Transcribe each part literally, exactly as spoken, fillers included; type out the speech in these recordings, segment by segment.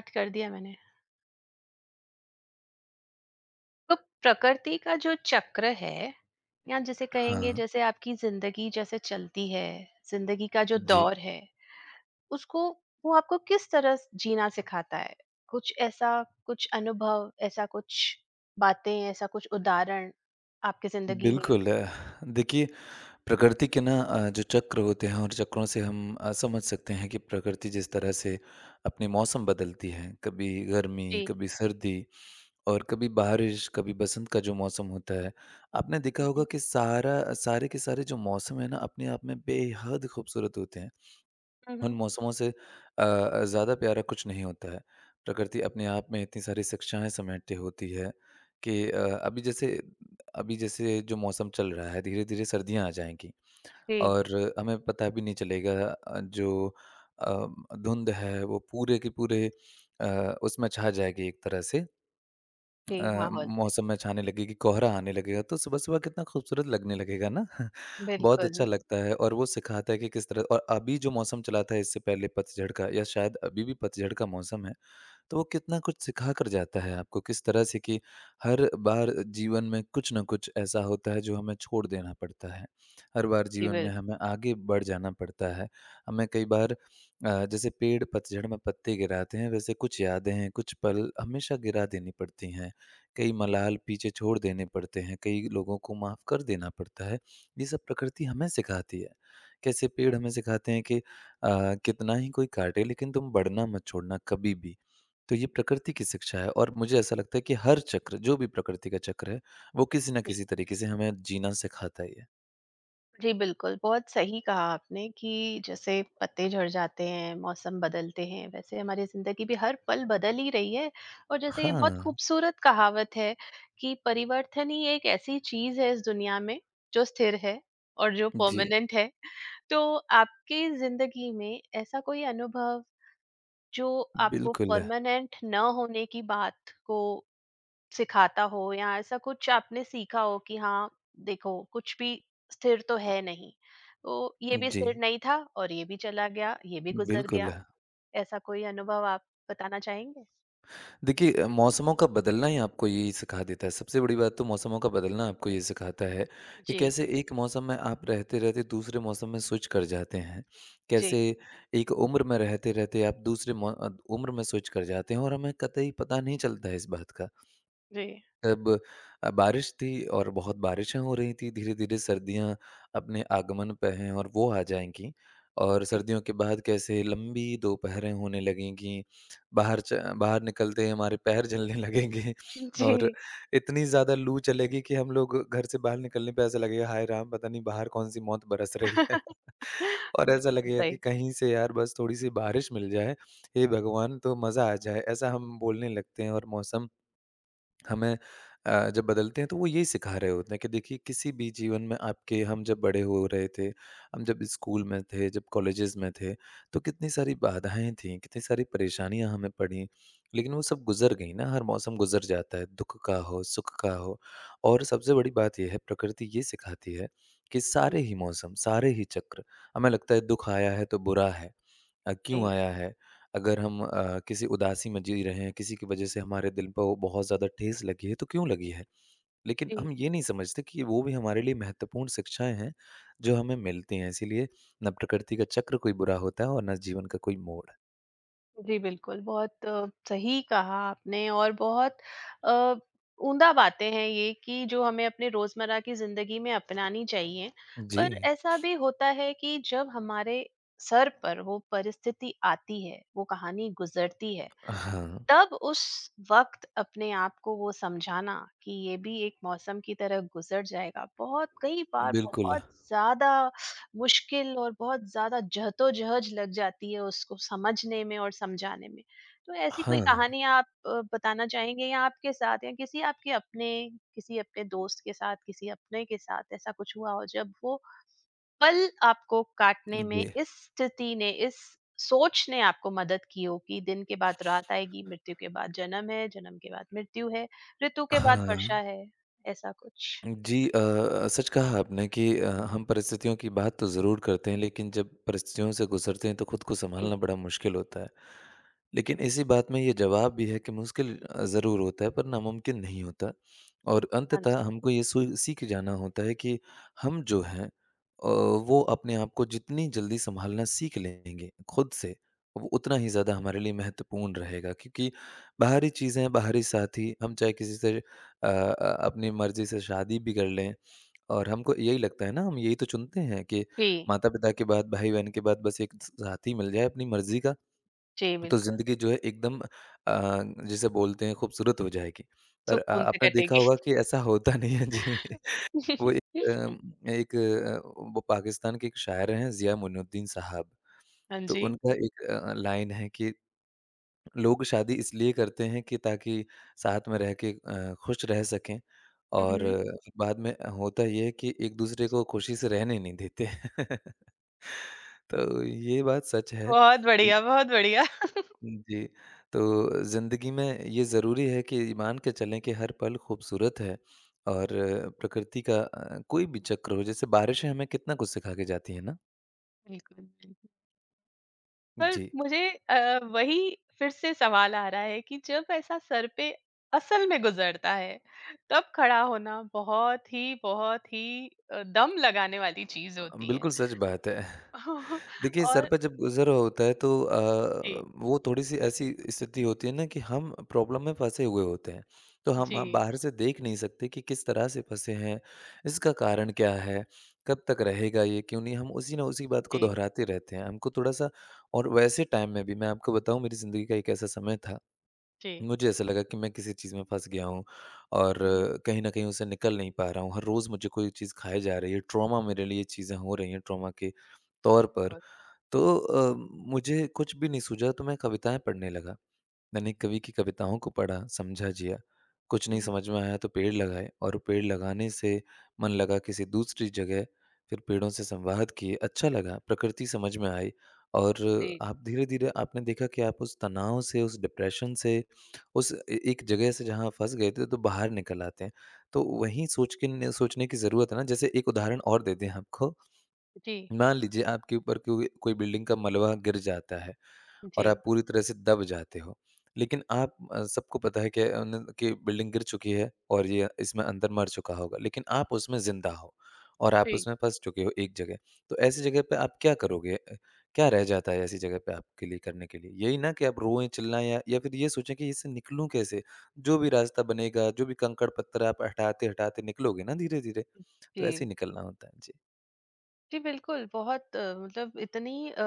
Cut कर दिया मैंने। तो प्रकृति का जो चक्र है, या जिसे कहेंगे हाँ, जैसे आपकी जिंदगी जैसे चलती है, जिंदगी का जो जी। दौर है उसको वो आपको किस तरह स- जीना सिखाता है। कुछ ऐसा, कुछ अनुभव ऐसा, कुछ बातें, ऐसा कुछ उदाहरण आपकी जिंदगी में। बिल्कुल अ, देखिए प्रकृति के ना अ, जो चक्र होते हैं और चक्रों से हम अ, समझ सकते हैं कि प्रकृति जिस तरह से अपने मौसम बदलती है, कभी गर्मी, जी। कभी सर्दी और कभी बारिश, कभी बसंत का जो मौसम होता है। आपने देखा होगा हम्म। कि सारा सारे के सारे जो मौसम है ना अपने आप में बेहद खूबसूरत होते हैं। हम्म, उन हम्म, मौसमों से अ, ज़्यादा प्यारा कुछ नहीं होता है। प्रकृति अपने आप में इतनी सारी शिक्षाएँ समेटे होती है कि अ, अभी जैसे अभी जैसे जो मौसम चल रहा है, धीरे-धीरे सर्दियाँ आ जाएँगी जी। और हमें पता भी नहीं चलेगा अ, जो अ, धुंध है वो पूरे के पूरे अ, उसमें छा जाएगी एक तरह से जी अ, माहौल। मौसम में छाने लगेगी, कोहरा आने लगेगा, तो सुबह-सुबह कितना खूबसूरत लगने लगेगा ना। बहुत बिल्कुल। अच्छा लगता है और वो सिखाता है कि किस तरह और अभी जो मौसम चला था इससे पहले पतझड़ का या शायद अभी भी पतझड़ का मौसम है। तो वो कितना कुछ सिखा कर जाता है आपको किस तरह से कि हर बार जीवन में कुछ ना कुछ ऐसा होता है जो हमें छोड़ देना पड़ता है। हर बार जी जीवन में बिल्कुल। हमें आगे बढ़ जाना पड़ता है। हमें कई बार अ, जैसे पेड़ पतझड़ में पत्ते गिराते हैं वैसे कुछ यादें हैं, कुछ पल हमेशा गिरा देनी पड़ती हैं। कई मलाल पीछे छोड़ देने पड़ते हैं, कई लोगों को माफ़ कर देना पड़ता है। ये सब प्रकृति हमें सिखाती है। कैसे पेड़ हमें सिखाते हैं कि अ, कितना ही कोई काटे लेकिन तुम बढ़ना मत छोड़ना कभी भी। तो ये प्रकृति की शिक्षा है और मुझे ऐसा लगता है कि हर चक्र जो भी प्रकृति का चक्र है, वो किसी न किसी तरीके से हमें जीना सिखाता ही है। जी बिल्कुल, बहुत सही कहा आपने कि जैसे पत्ते झड़ जाते हैं, मौसम बदलते हैं, वैसे हमारी ज़िंदगी भी हर पल बदल ही रही है। और जैसे ये हाँ, बहुत खूबसूरत कहावत है कि परिवर्तन ही एक ऐसी चीज़ है इस दुनिया में जो स्थिर है और जो जी, परमानेंट है। तो आपकी ज़िंदगी में ऐसा कोई अनुभव जो आपको बिल्कुल। परमानेंट ना होने की बात को सिखाता हो, या ऐसा कुछ आपने सीखा हो कि हाँ, देखो कुछ भी स्थिर तो है नहीं। तो ये भी जी, स्थिर नहीं था और ये भी चला गया, ये भी गुज़र बिल्कुल। गया। ऐसा कोई अनुभव आप बताना चाहेंगे? देखिए अ, मौसमों का बदलना ही आपको यही सिखा देता है, सबसे बड़ी बात तो मौसमों का बदलना आपको ये सिखाता है कि जी। कैसे एक मौसम में आप रहते-रहते दूसरे मौसम में स्विच कर जाते हैं। जी। कैसे एक उम्र में रहते-रहते आप दूसरे मौ अ, उम्र में स्विच कर जाते हैं और हमें कतई पता नहीं चलता है इस बात का। जी। तब अ, बारिश थी और बहुत बारिशें हो रही थी, धीरे-धीरे सर्दियाँ अपने आगमन पे हैं और वो आ जाएँगी और जी। सर्दियों के बाद कैसे लंबी दोपहरें होने लगेंगी, बाहर च बाहर निकलते ही हमारे पैर जलने लगेंगे और जी। इतनी ज़्यादा लू चलेगी कि हम लोग घर से बाहर निकलने पे ऐसा लगेगा, हाय राम! पता नहीं बाहर कौन-सी मौत बरस रही है। और ऐसा बिल्कुल लगेगा कि सही। कहीं से यार बस थोड़ी-सी बारिश मिल जाए, हे भगवान! तो मज़ा आ जाए, ऐसा हम बोलने लगते हैं और मौसम हमें अ, जब बदलते हैं तो वो यही सिखा रहे होते हैं कि देखिए किसी भी जीवन में आपके हम जब बड़े हो रहे थे, हम जब स्कूल में थे, जब कॉलेजेस में थे, तो कितनी सारी बाधाएँ थीं, कितनी सारी परेशानियाँ हमें पड़ीं। लेकिन वो सब गुज़र गई ना, हर मौसम गुज़र जाता है, दुःख का हो, सुख का हो और सबसे बड़ी बात ये है प्रकृति ये सिखाती है कि सारे ही मौसम, सारे ही चक्र हमें लगता है दुःख आया है तो बुरा है। अ, क्यों जी। आया है? अगर हम अ, किसी उदासी में जी रहे हैं, किसी की वजह से हमारे दिल पर वो बहुत ज़्यादा ठेस लगी है, तो क्यों लगी है? लेकिन जी। हम ये नहीं समझते कि वो भी हमारे लिए महत्वपूर्ण शिक्षाएँ हैं, जो हमें मिलती हैं। इसीलिए ना प्रकृति का चक्र कोई बुरा होता है और ना जीवन का कोई मोड़। जी बिल्कुल, बहुत अ, सही कहा आपने। और बहुत अ, उम्दा बातें हैं ये, कि जो हमें अपने रोज़मर्रा की ज़िंदगी में अपनानी चाहिए। जी। पर ऐसा भी होता है कि जब हमारे सर पर वो परिस्थिति आती है, वो कहानी गुज़रती है, हाँ, तब उस वक़्त अपने आप को वो समझाना कि ये भी एक मौसम की तरह गुज़र जाएगा, बहुत कई बार बिल्कुल। बहुत ज़्यादा मुश्किल और बहुत ज़्यादा जहदोजहद लग जाती है उसको समझने में और समझाने में। तो ऐसी हाँ, कोई कहानी आप अ, बताना चाहेंगे, या आपके साथ या किसी आपके अपने किसी अपने दोस्त के साथ, किसी अपने के साथ ऐसा कुछ हुआ हो जब वो पल आपको काटने में जी। इस स्थिति ने, इस सोच ने आपको मदद की हो कि दिन के बाद रात आएगी, मृत्यु के बाद जन्म है, जन्म के बाद मृत्यु है, ऋतु के बाद वर्षा हाँ। है, ऐसा कुछ? जी अ, सच कहा आपने कि अ, हम परिस्थितियों की बात तो ज़रूर करते हैं लेकिन जब परिस्थितियों से गुज़रते हैं तो खुद को जी। सँभालना बड़ा मुश्किल होता है। लेकिन इसी बात में ये जवाब भी है कि मुश्किल अ, ज़रूर होता है पर नामुमकिन नहीं होता और हाँ जी। अंततः हमको ये सु सीख जाना होता है कि हम जो हैं अ, वो अपने आप को जितनी जल्दी सँभालना सीख लेंगे खुद से, वो उतना ही ज़्यादा हमारे लिए महत्वपूर्ण रहेगा क्योंकि बाहरी चीज़ें, बाहरी साथी हम चाहे किसी से अ अ, अपनी मर्ज़ी से शादी भी कर लें और हमको यही लगता है ना, हम यही तो चुनते हैं कि जी। माता-पिता के बाद, भाई-बहन के बाद बस एक स साथी मिल जाए अपनी मर्ज़ी का, जी तो बिल्कुल, ज़िंदगी जो है एकदम अ, जिसे बोलते हैं खूबसूरत हो जाएगी। पर अ, सुकून से आपने देखा कटेगी। होगा कि ऐसा होता नहीं है जी। वो एक अ, एक अ, वो पाकिस्तान के एक शायर हैं ज़िया मुइनुद्दीन साहब, हाँ तो जी। उनका एक अ, लाइन है कि लोग शादी इसलिए करते हैं कि ताकि साथ में रह के अ, खुश रह सकें हुँ, और हुँ। बाद में होता ये है कि एक-दूसरे को खुशी से रहने नहीं देते। तो ये बात सच है। बहुत उ, बढ़िया, बहुत बढ़िया। जी, तो ज़िंदगी में ये ज़रूरी है कि मान के चलें कि हर पल खूबसूरत है और प्रकृति का अ, कोई भी चक्र हो, जैसे बारिशें हमें कितना कुछ सिखा के जाती हैं ना? बिल्कुल, बिल्कुल। पर जी, मुझे अ, वही फिर से सवाल आ रहा है कि जब ऐसा सर पे असल में गुजरता है, तब खड़ा होना बहुत ही, बहुत ही अ, दम लगाने वाली चीज़ होती है। बिल्कुल सच बात है। देखिए, सर और पे जब गुज़र होता है तो अ, जी। वो थोड़ी-सी ऐसी स्थिति होती है ना कि हम प्रॉब्लम में फँसे हुए होते हैं। तो हम हम जी। बाहर से देख नहीं सकते कि किस तरह से फँसे हैं, इसका कारण क्या है, कब तक रहेगा ये? क्यों नहीं हम उसी ना उसी बात को जी। दोहराते रहते हैं। हमको थोड़ा-सा और वैसे टाइम में भी मैं आपको बताऊँ मेरी ज़िंदगी का एक ऐसा समय था, जी। मुझे ऐसा लगा कि मैं किसी चीज़ में फँस गया हूँ और हम्म। कहीं न कहीं उससे निकल नहीं पा रहा हूँ। हर रोज़ मुझे कोई चीज़ खाए जा रही है, ट्रॉमा मेरे लिए चीज़ें हो रही हैं, ट्रॉमा के तौर पर। बिल्कुल। तो अ, मुझे कुछ भी नहीं सूझा तो मैं कविताएँ पढ़ने लगा। मैंने एक कवि की कविताओं को पढ़ा, समझा, जिया। कुछ नहीं हुँ, हुँ। समझ में आया तो पेड़ लगाए और पेड़ लगाने से मन लगा किसी दूसरी जगह, फिर पेड़ों से संवाद किए, अच्छा लगा, प्रकृति समझ में आई और जी। आप धीरे-धीरे आपने देखा कि आप उस तनाव से, उस डिप्रेशन से, उस ए एक जगह से जहाँ फँस गए थे तो बाहर निकल आते हैं। तो वहीं सोच के न सोचने की ज़रूरत है ना, जैसे एक उदाहरण और दे दें आपको। जी। मान लीजिए आपके ऊपर कोई कोई बिल्डिंग का मलबा गिर जाता है और आप जी। पूरी तरह से दब जाते हो लेकिन आप अ, सबको पता है कि अन- कि बिल्डिंग गिर चुकी है और ये इसमें अंदर मर चुका होगा लेकिन आप उसमें जिंदा हो और आप जी। उसमें फंस चुके हो एक जगह। तो ऐसी जगह पे आप क्या करोगे अ, क्या रह जाता है ऐसी जगह पे आपके लिए करने के लिए यही ना कि आप रोएं चिल्लाएं या या फिर ये सोचें कि इससे निकलूं कैसे। जो भी रास्ता बनेगा जो भी कंकड़ पत्थर आप हटाते हटाते निकलोगे ना धीरे धीरे। तो जी। ऐसे ही निकलना होता है जी। जी बिल्कुल, बहुत अ, मतलब इतनी अ,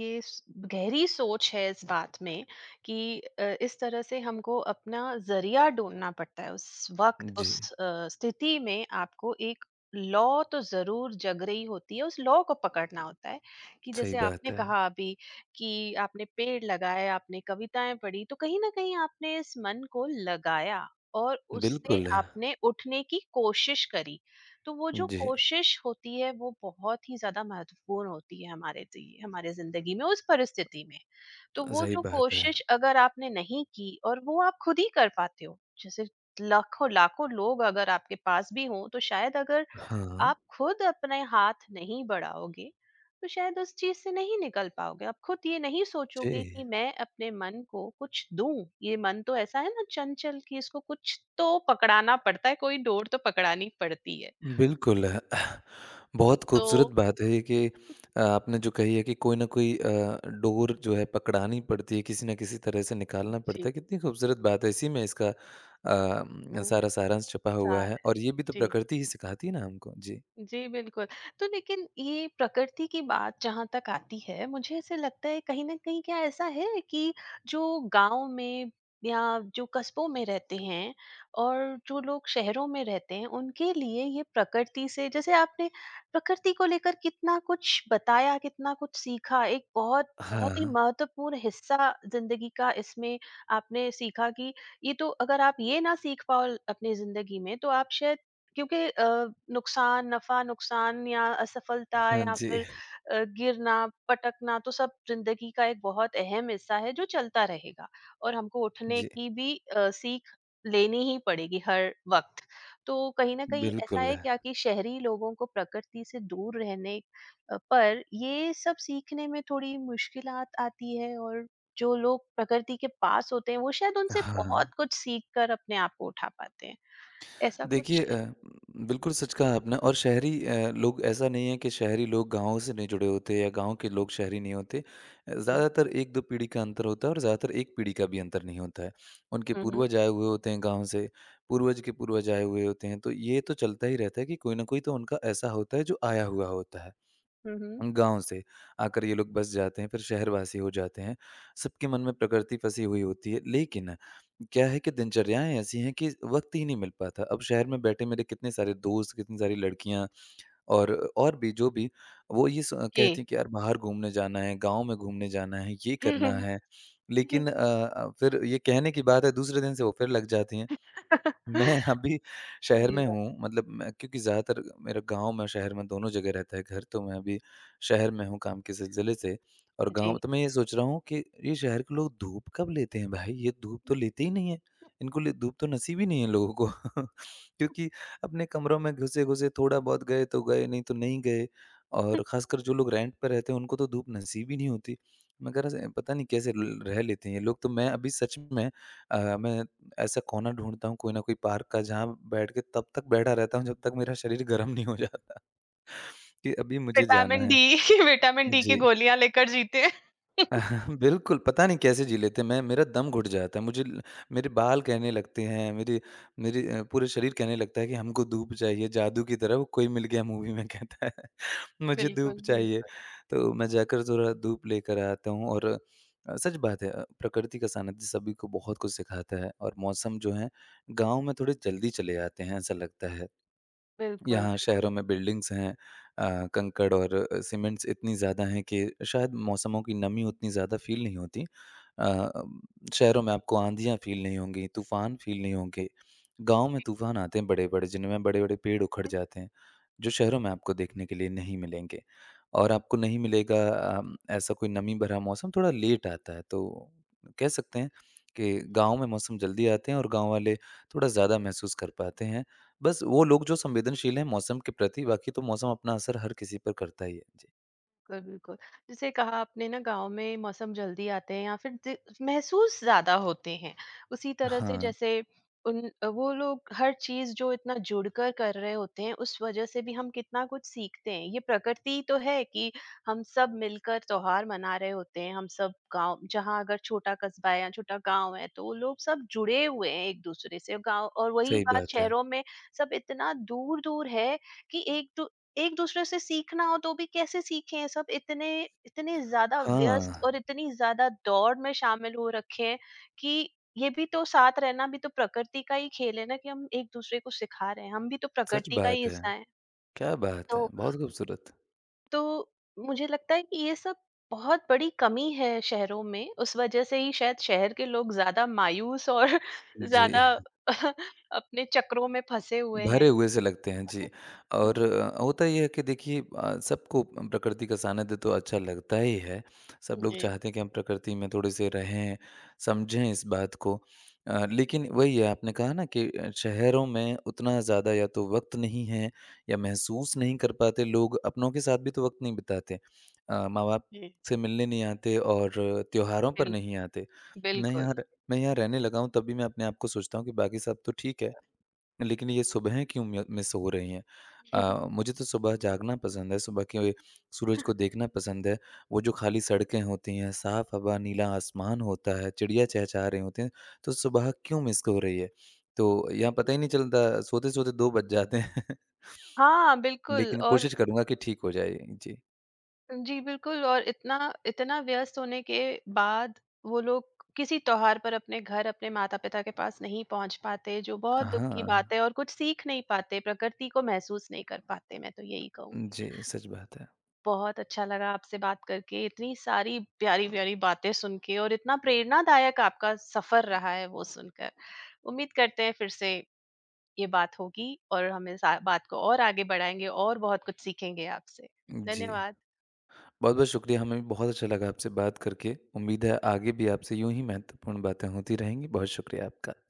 ये स गहरी सोच है इस बात में कि अ, इस तरह से हमको अपना ज़रिया ढूँढना पड़ता है। उस वक़्त उस जी, अ, स्थिति में आपको एक लौ तो ज़रूर जग रही होती है, उस लौ को पकड़ना होता है, कि सही जैसे बात आपने है। कहा अभी कि आपने पेड़ लगाए, आपने कविताएँ पढ़ी, तो कहीं न कहीं आपने इस मन को लगाया और उससे बिल्कुल, है। आपने उठने की कोशिश करी। तो वो जो जी, कोशिश होती है वो बहुत ही ज्यादा महत्वपूर्ण होती है हमारे लिए हमारे जिंदगी में उस परिस्थिति में। तो वो सही जो बात है। कोशिश अगर आपने नहीं की और वो आप खुद ही कर पाते हो। जैसे लाखों लाखों लोग अगर आपके पास भी हों, तो शायद अगर हाँ, आप खुद अपने हाथ नहीं बढ़ाओगे, तो शायद उस चीज से नहीं निकल पाओगे। आप खुद ये नहीं सोचोगे जी, कि मैं अपने मन को कुछ दूं। ये मन तो ऐसा है ना चंचल, कि इसको कुछ तो पकड़ाना पड़ता है, कोई डोर तो पकड़ानी पड़ती है। बिल्कुल। है। बहुत खूबसूरत तो बात है ये कि अ, आपने जो कही है कि कोई ना कोई अ, डोर जो है पकड़ानी पड़ती है, किसी न किसी तरह से निकालना पड़ता जी, है। कितनी खूबसूरत बात है, इसी में इसका अ, अ, सारा सारांश छुपा हुआ चार। है और ये भी तो जी। प्रकृति ही सिखाती है ना हमको। जी। जी, बिल्कुल। तो लेकिन ये प्रकृति की बात जहाँ तक आती है, मुझे ऐसे लगता है, कहीं न कहीं क्या ऐसा है कि जो गाँव में या जो कस्बों में रहते हैं और जो लोग शहरों में रहते हैं, उनके लिए ये प्रकृति से, जैसे आपने प्रकृति को लेकर कितना कुछ बताया, कितना कुछ सीखा, एक बहुत हाँ, बहुत ही हाँ। महत्वपूर्ण हिस्सा ज़िंदगी का इसमें आपने सीखा कि ये तो, अगर आप ये ना सीख पाओ अपनी ज़िंदगी में, तो आप शायद क्योंकि अ, नुकसान नफा नुकसान या असफलता हाँ या जी, फिर अ, गिरना पटकना तो सब जिंदगी का एक बहुत अहम हिस्सा है जो चलता रहेगा, और हमको उठने जी, की भी अ, सीख लेनी ही पड़ेगी हर वक्त। तो कहीं ना कहीं ऐसा बिल्कुल। है है। क्या कि शहरी लोगों को प्रकृति से दूर रहने अ, पर ये सब सीखने में थोड़ी मुश्किलात आती है, और जो लोग प्रकृति के पास होते हैं वो शायद उनसे हाँ। बहुत कुछ सीख कर अपने आप को उठा पाते हैं, ऐसा देखिए कुछ। अ, बिल्कुल सच कहा आपने और शहरी अ, लोग ऐसा नहीं है कि शहरी लोग गाँव से नहीं जुड़े होते या गाँव के लोग शहरी नहीं होते। अ, ज़्यादातर एक दो पीढ़ी का अंतर होता है और ज़्यादातर एक पीढ़ी का भी अंतर नहीं होता है। उनके हुँ, हुँ। पूर्वज आए हुए होते हैं गाँव से, पूर्वज के पूर्वज आए हुए होते हैं, तो ये तो चलता ही रहता है कि कोई न कोई तो उनका ऐसा होता है जो आया हुआ होता है। हुँ, हुँ। गाँव से आकर ये लोग बस जाते हैं, फिर शहरवासी हो जाते हैं। सबके मन में प्रकृति फँसी हुई होती है, लेकिन क्या है कि दिनचर्याएँ ऐसी हैं कि वक़्त ही नहीं मिल पाता। अब शहर में बैठे मेरे कितने सारे दोस्त, कितनी सारी लड़कियाँ और और भी जो भी, वो ये स जी। कहती हैं कि यार बाहर घूमने जाना है, गाँव में घूमने जाना है, ये करना है। लेकिन अ अ, फिर ये कहने की बात है, दूसरे दिन से वो फिर लग जाती हैं। मैं अभी शहर सही में बात हूँ मतलब मैं क्योंकि ज़्यादातर मेरा गाँव में शहर में दोनों जगह रहता है घर, तो मैं अभी शहर में हूँ काम के सिलसिले से और है, जी। गाँव तो मैं ये सोच रहा हूँ कि ये शहर के लोग धूप कब लेते हैं भाई? ये धूप तो लेते ही नहीं है। इनको लिए धूप तो नसीब ही नहीं है लोगों को। क्योंकि अपने कमरों में घुसे-घुसे थोड़ा बहुत गए तो गए, नहीं तो नहीं गए और ख़ासकर जो लोग रेंट पे रहते हैं उनको तो धूप नसीब ही नहीं होती। मगर ऐसे पता नहीं कैसे ल रह लेते हैं ये लोग। तो मैं अभी सच में अ, मैं ऐसा कोना ढूँढता हूँ कोई ना कोई पार्क का जहाँ बैठ के तब तक बैठा रहता हूँ जब तक मेरा शरीर गर्म नहीं हो जाता कि अभी मुझे जाना विटामिन है। डी विटामिन डी की जी। गोलियाँ लेकर जीते हैं। बिल्कुल, पता नहीं कैसे जी लेते हैं। मैं मेरा दम घुट जाता है। मुझे ल मेरे बाल कहने लगते हैं, मेरे मेरे अ, पूरे शरीर कहने लगता है कि हमको धूप चाहिए, जादू की तरह वो कोई मिल गया मूवी में कहता है। मुझे धूप बिल्कुल, बिल्कुल, चाहिए, तो मैं जाकर ज़रा धूप लेकर आता हूँ और अ, सच बात है अ, प्रकृति का सानिध्य सभी को बहुत कुछ सिखाता है और मौसम जो है, गाँव में थोड़े जल्दी चले आते हैं, ऐसा लगता है। बिल्कुल, यहाँ बिल्कुल। शहरों में बिल्डिंग्स हैं अ, कंकड़ और अ, सीमेंट्स इतनी ज़्यादा हैं कि शायद मौसमों की नमी उतनी ज़्यादा फ़ील नहीं होती। अ, अम, शहरों में आपको आँधियाँ फ़ील नहीं होंगी, तूफ़ान फ़ील नहीं होंगे। गाँव में तूफ़ान आते हैं बड़े-बड़े, जिनमें बड़े-बड़े पेड़ उखड़ जाते हैं, जो शहरों में आपको देखने के लिए नहीं मिलेंगे। और आपको नहीं मिलेगा अम, ऐसा कोई नमी भरा मौसम, थोड़ा लेट आता है। तो कह सकते हैं कि गाँव में मौसम जल्दी आते हैं और गाँव वाले थोड़ा ज़्यादा महसूस कर पाते हैं। बस वो लोग जो संवेदनशील हैं मौसम के प्रति, बाकी तो मौसम अपना असर हर किसी पर करता ही है। जी। बिल्कुल, बिल्कुल। जैसे कहा आपने ना, गाँव में मौसम जल्दी आते हैं या फिर ज महसूस ज़्यादा होते हैं। उसी तरह से, हाँ, जैसे उन वो लोग हर चीज़ जो इतना जुड़कर कर रहे होते हैं, उस वजह से भी हम कितना कुछ सीखते हैं। ये प्रकृति तो है कि हम सब मिलकर त्योहार मना रहे होते हैं, हम सब गाँव, जहाँ अगर छोटा कस्बा है या छोटा गाँव है, तो वो लोग सब जुड़े हुए हैं एक-दूसरे से गाँव, और वही सही बात बात है। शहरों में सब इतना दूर-दूर है कि एक दू एक दूसरे से सीखना हो तो भी कैसे सीखें, सब इतने इतने ज्यादा हाँ, व्यस्त और इतनी ज्यादा दौड़ में शामिल हो रखे हैं, कि ये भी तो, साथ रहना भी तो प्रकृति का ही खेल है ना, कि हम एक दूसरे को सिखा रहे हैं, हम भी तो सच प्रकृति का ही बात है। हिस्सा है। क्या बात है! तो बहुत खूबसूरत। तो मुझे लगता है कि ये सब बहुत बड़ी कमी है शहरों में, उस वजह से ही शायद शहर के लोग ज्यादा मायूस और जी। ज्यादा अपने चक्रों में फंसे हुए हैं। भरे हुए से लगते हैं, जी। और अ, होता ये है कि देखिए अ, सबको प्रकृति का सानिध्य तो अच्छा लगता ही है। सब लोग जी चाहते हैं कि हम प्रकृति में थोड़े से रहें, समझें इस बात को। अ, लेकिन वही है आपने कहा ना कि अ, शहरों में उतना ज़्यादा या तो वक़्त नहीं है या महसूस नहीं कर पाते लोग, अपनों के साथ भी तो वक़्त नहीं बिताते। अ, माँ-बाप जी जी से मिलने नहीं आते और त्योहारों पर बिल, नहीं आते। मैं बिल्कुल। यहाँ र मैं यहाँ रहने लगा हूँ तब भी मैं अपने आप को सोचता हूँ कि बाकी सब तो ठीक है। लेकिन ये सुबहें क्यों मि मिस हो रही हैं? अ, मुझे तो सुबह जागना पसंद है, सुबह के सूरज को देखना पसंद है। वो जो खाली सड़कें होती हैं, साफ़ हवा, नीला आसमान होता है, चिड़िया चहचहा रही होती हैं, तो सुबह क्यों मिस हो रही है? तो यहाँ पता बिल्कुल। ही नहीं चलता, सोते-सोते दो बज जाते हैं। हाँ, बिल्कुल। लेकिन और कोशिश करूँगा कि ठीक हो जाए। जी। जी, बिल्कुल। और इतना इतना व्यस्त होने के बाद वो लोग किसी त्योहार पर अपने घर, अपने माता-पिता के पास नहीं पहुँच पाते, जो बहुत दुःख की बात हाँ। है, और कुछ सीख नहीं पाते, प्रकृति को महसूस नहीं कर पाते, मैं तो यही कहूँगी। जी, सच बात है। बहुत अच्छा लगा आपसे बात करके, इतनी सारी प्यारी-प्यारी बातें सुन के, और इतना प्रेरणादायक आपका सफ़र रहा है वो सुनकर। उम्मीद करते हैं फिर से ये बात होगी, और हम इस अ, बात को और आगे बढ़ाएँगे और बहुत कुछ सीखेंगे आपसे। जी। धन्यवाद। बहुत-बहुत शुक्रिया, हमें भी बहुत अच्छा लगा आपसे बात करके। उम्मीद है आगे भी आपसे यूँ ही महत्वपूर्ण बातें होती रहेंगी। बहुत शुक्रिया आपका।